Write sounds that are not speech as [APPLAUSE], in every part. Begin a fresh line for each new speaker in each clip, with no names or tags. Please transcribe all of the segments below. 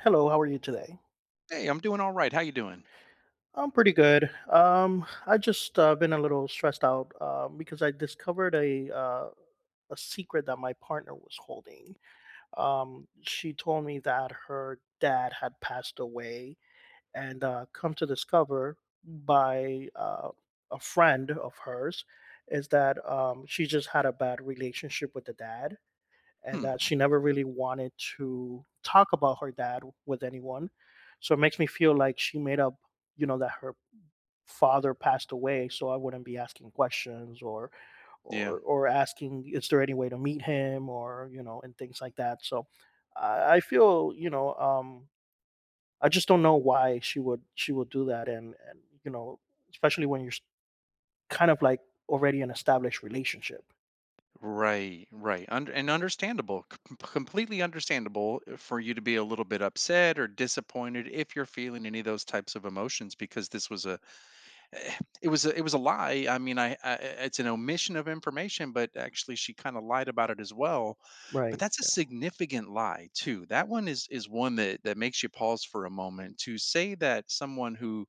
Hello, how are you today?
Hey, I'm doing all right. How you doing?
I'm pretty good. I just been a little stressed out because I discovered a secret that my partner was holding. She told me that her dad had passed away, and come to discover by a friend of hers is that she just had a bad relationship with the dad, and
Hmm.
that she never really wanted to talk about her dad with anyone. So it makes me feel like she made up, that her father passed away, so I wouldn't be asking questions or
Yeah.
or or asking is there any way to meet him or and things like that. So I feel I just don't know why she would do that and especially when you're kind of like already an established relationship.
Right. Right. And understandable. Completely understandable for you to be a little bit upset or disappointed if you're feeling any of those types of emotions because this was a eh, it was a lie. I mean, it's an omission of information, but actually she kind of lied about it as well. But
Right.
that's a significant lie too. That one is one that makes you pause for a moment to say that someone who,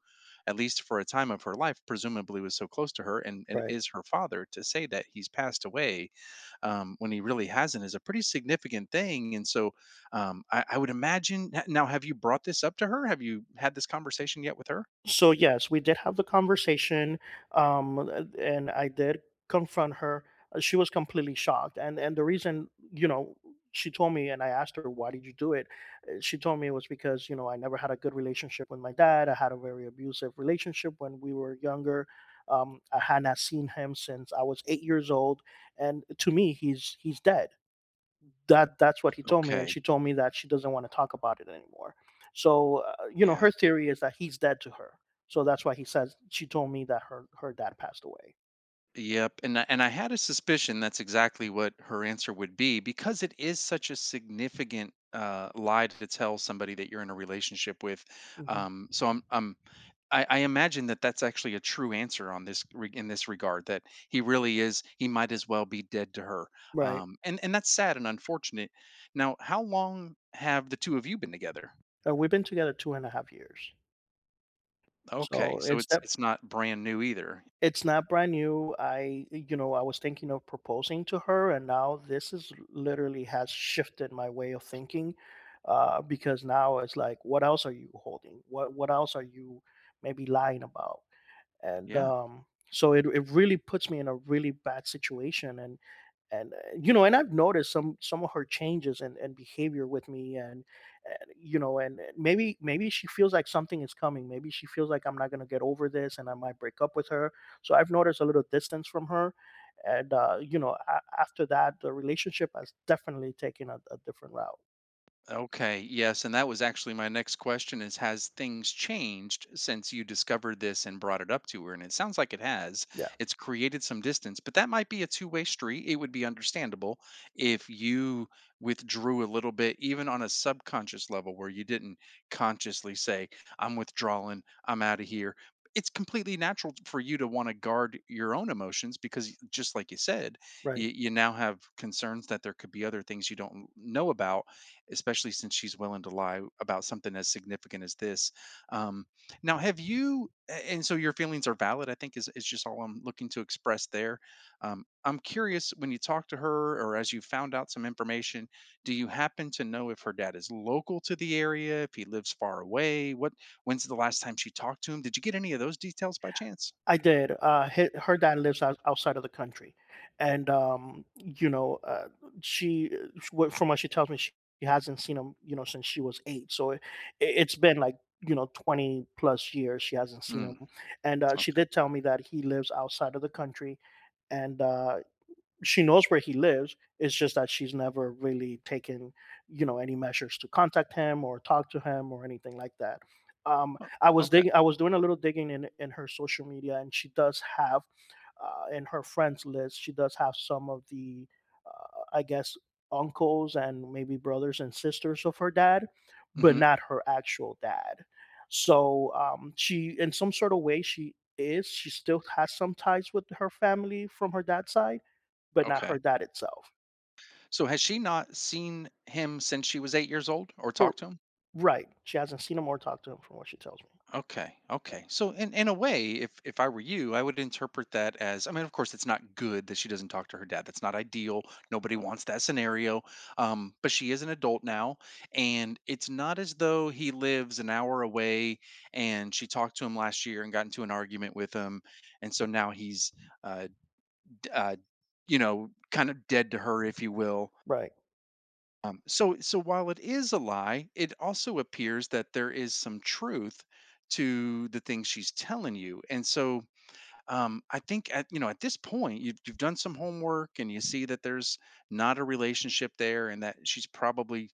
at least for a time of her life, presumably was so close to her and
Right.
is her father, to say that he's passed away when he really hasn't is a pretty significant thing. And so I would imagine. Now, have you brought this up to her? Have you had this conversation yet with her?
So yes, we did have the conversation, and I did confront her. She was completely shocked, and the reason, you know, she told me, and I asked her, "Why did you do it?" She told me it was because you know I never had a good relationship with my dad. I had a very abusive relationship when we were younger. I had not seen him since I was 8 years old, and to me, he's dead. That's what he told me, and
Okay.
she told me that she doesn't wanna talk about it anymore. So, you know,
Yeah.
her theory is that he's dead to her. So that's why he says she told me that her dad passed away.
Yep, and I had a suspicion that's exactly what her answer would be because it is such a significant lie to tell somebody that you're in a relationship with.
Mhm.
Um, so I'm I'm I imagine that that's actually a true answer on this in this regard that he really is he might as well be dead to her.
Right.
And that's sad and unfortunate. Now, how long have the two of you been together?
We've been together 2.5 years.
Okay,
So
so
it's that
it's not brand new either.
it's not brand new. I you know, I was thinking of proposing to her, and now this is literally has shifted my way of thinking, because now it's like, what else are you holding? What else are you maybe lying about? and
Yeah.
um so it really puts me in a really bad situation and you know and I've noticed some of her changes and behavior with me, and, you know and maybe she feels like something is coming, maybe she feels like I'm not going to get over this and I might break up with her. So I've noticed a little distance from her, and you know after that the relationship has definitely taken a different route.
Okay, yes, and that was actually my next question is has things changed since you discovered this and brought it up to her? And it sounds like it has.
Yeah.
It's created some distance, but that might be a two-way street. It would be understandable if you withdrew a little bit, even on a subconscious level where you didn't consciously say, I'm withdrawing, I'm out of here. It's completely natural for you to want to guard your own emotions because, just like you said,
Right.
you now have concerns that there could be other things you don't know about, especially since she's willing to lie about something as significant as this. Um, now, have you? A- And so your feelings are valid. I think is just all I'm looking to express there. I'm curious when you talk to her or as you found out some information, do you happen to know if her dad is local to the area, if he lives far away? What when's the last time she talked to him? Did you get any of those details by chance?
I did. Her dad lives outside of the country, and you know, she from what she tells me, she hasn't seen him, you know, since she was eight. So it's been like you know 20 plus years she hasn't seen him,
Mm,
and she
okay.
did tell me that he lives outside of the country, and she knows where he lives. It's just that she's never really taken, you know, any measures to contact him or talk to him or anything like that.
O-
I was
Okay.
digging. I was doing a little digging in her social media, and she does have in her friends list, she does have some of the, I guess, uncles and maybe brothers and sisters of her dad, but
Hmm.
not her actual dad. So she, in some sort of way, she is. She still has some ties with her family from her dad's side, but not
Okay.
her dad itself.
So has she not seen him since she was 8 years old or
Her,
talked to him?
right. She hasn't seen him or talked to him, from what she tells me.
Okay.
Yeah.
Okay. So in a way, if I were you, I would interpret that as, I mean, of course, it's not good that she doesn't talk to her dad. That's not ideal. Nobody wants that scenario. But she is an adult now, and it's not as though he lives an hour away. And she talked to him last year and got into an argument with him, and so now he's, uh, d- uh, you know, kind of dead to her, if you will.
Right.
So while it is a lie, it also appears that there is some truth to the things she's telling you. And so, I think at you know at this point, you've done some homework and you see that there's not a relationship there, and that she's probably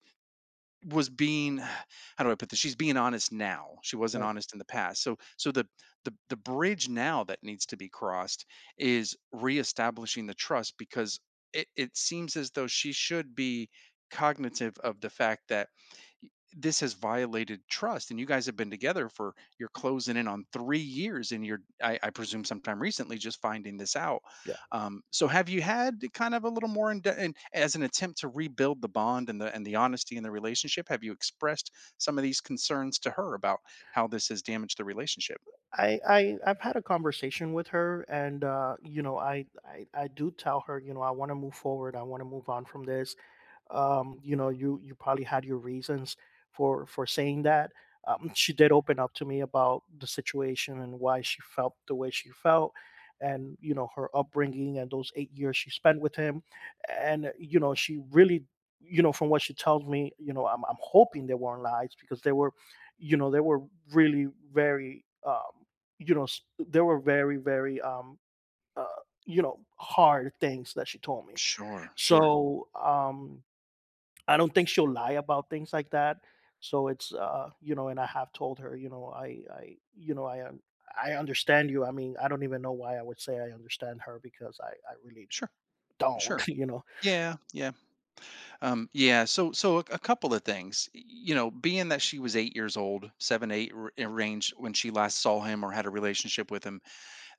was being, how do I put this? She's being honest now. She wasn't
Right.
honest in the past. So the bridge now that needs to be crossed is reestablishing the trust because it seems as though she should be cognitive of the fact that this has violated trust, and you guys have been together for you're closing in on 3 years and I presume sometime recently just finding this out. So have you had kind of a little more in as an attempt to rebuild the bond and the honesty in the relationship, have you expressed some of these concerns to her about how this has damaged the relationship?
I've had a conversation with her, and you know, I do tell her, you know, I want to move forward. I want to move on from this. You know, you probably had your reasons for saying that. She did open up to me about the situation and why she felt the way she felt, and you know her upbringing and those 8 years she spent with him, and you know she really, you know, from what she tells me, I'm hoping they weren't lies because they were, you know, they were really very, you know, they were very very, uh, you know, hard things that she told me.
sure sure
So. I don't think she'll lie about things like that. So it's you know, and I have told her, you know, I understand you. I mean, I don't even know why I would say I understand her because I really
sure
don't,
sure
[LAUGHS] you know.
Yeah. Yeah, so so a couple of things. You know, being that she was 8 years old, seven, eight range when she last saw him or had a relationship with him,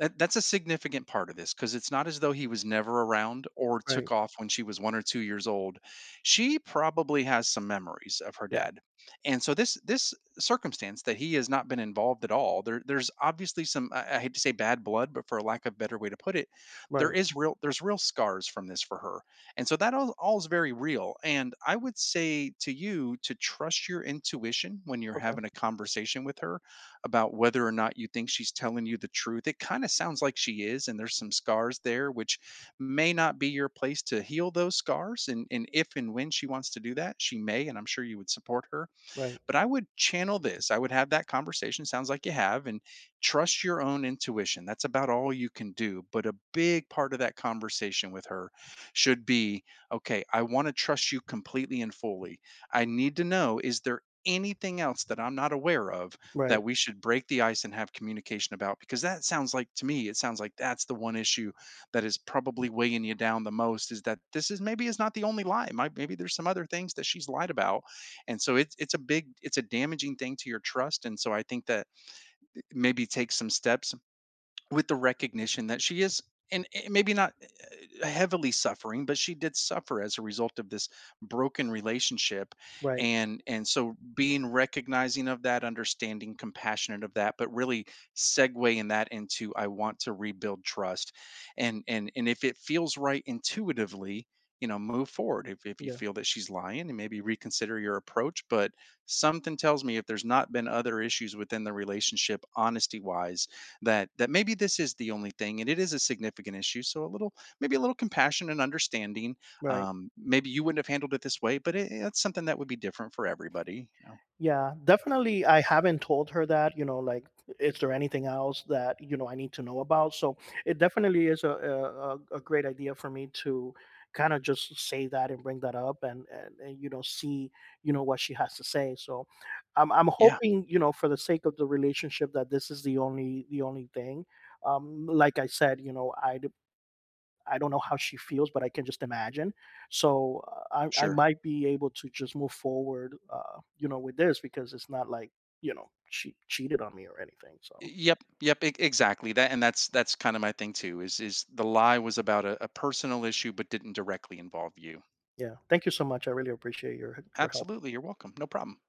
that that's a significant part of this, because it's not as though he was never around or
Right.
took off when she was 1 or 2 years old. She probably has some memories of her
Yeah.
dad. And so this circumstance that he has not been involved at all, there's obviously some, I hate to say bad blood, but for a lack of better way to put it, there
Right.
is real there's real scars from this for her. And so that all is very real. And I would say to you to trust your intuition when you're
Okay.
having a conversation with her about whether or not you think she's telling you the truth. It kind of sounds like she is, and there's some scars there, which may not be your place to heal those scars. And if and when she wants to do that, she may, and I'm sure you would support her.
Right.
But I would channel this. I would have that conversation, sounds like you have, and trust your own intuition. That's about all you can do. But a big part of that conversation with her should be, okay, I want to trust you completely and fully. I need to know, is there anything else that I'm not aware of
Right.
that we should break the ice and have communication about? Because that sounds like, to me, it sounds like that's the one issue that is probably weighing you down the most, is that this is maybe is not the only lie. Maybe there's some other things that she's lied about, and so it's a damaging thing to your trust, and so I think that maybe take some steps with the recognition that she is, and maybe not heavily suffering, but she did suffer as a result of this broken relationship,
Right.
and so being recognizing of that, understanding, compassionate of that, but really segueing that into, I want to rebuild trust, and if it feels right intuitively, you know, move forward. If you
Yeah.
feel that she's lying, and maybe reconsider your approach, but something tells me if there's not been other issues within the relationship honesty wise, that maybe this is the only thing, and it is a significant issue, so a little maybe a little compassion and understanding.
Right.
Maybe you wouldn't have handled it this way, but it's something that would be different for everybody. You know?
Yeah, definitely. I haven't told her that, you know, like, is there anything else that, you know, I need to know about? So it definitely is a great idea for me to kind of just say that and bring that up and, you know, see, you know, what she has to say. So I'm
Yeah,
hoping, you know, for the sake of the relationship that this is the only thing. Like I said, you know, I don't know how she feels, but I can just imagine. So uh, I
sure.
might be able to just move forward, you know, with this because it's not like you know she cheated on me or anything. So
Yep, yep, exactly. That and that's kind of my thing too. Is the lie was about a personal issue, but didn't directly involve you.
yeah, thank you so much. I really appreciate your help.
Absolutely, you're welcome. No problem.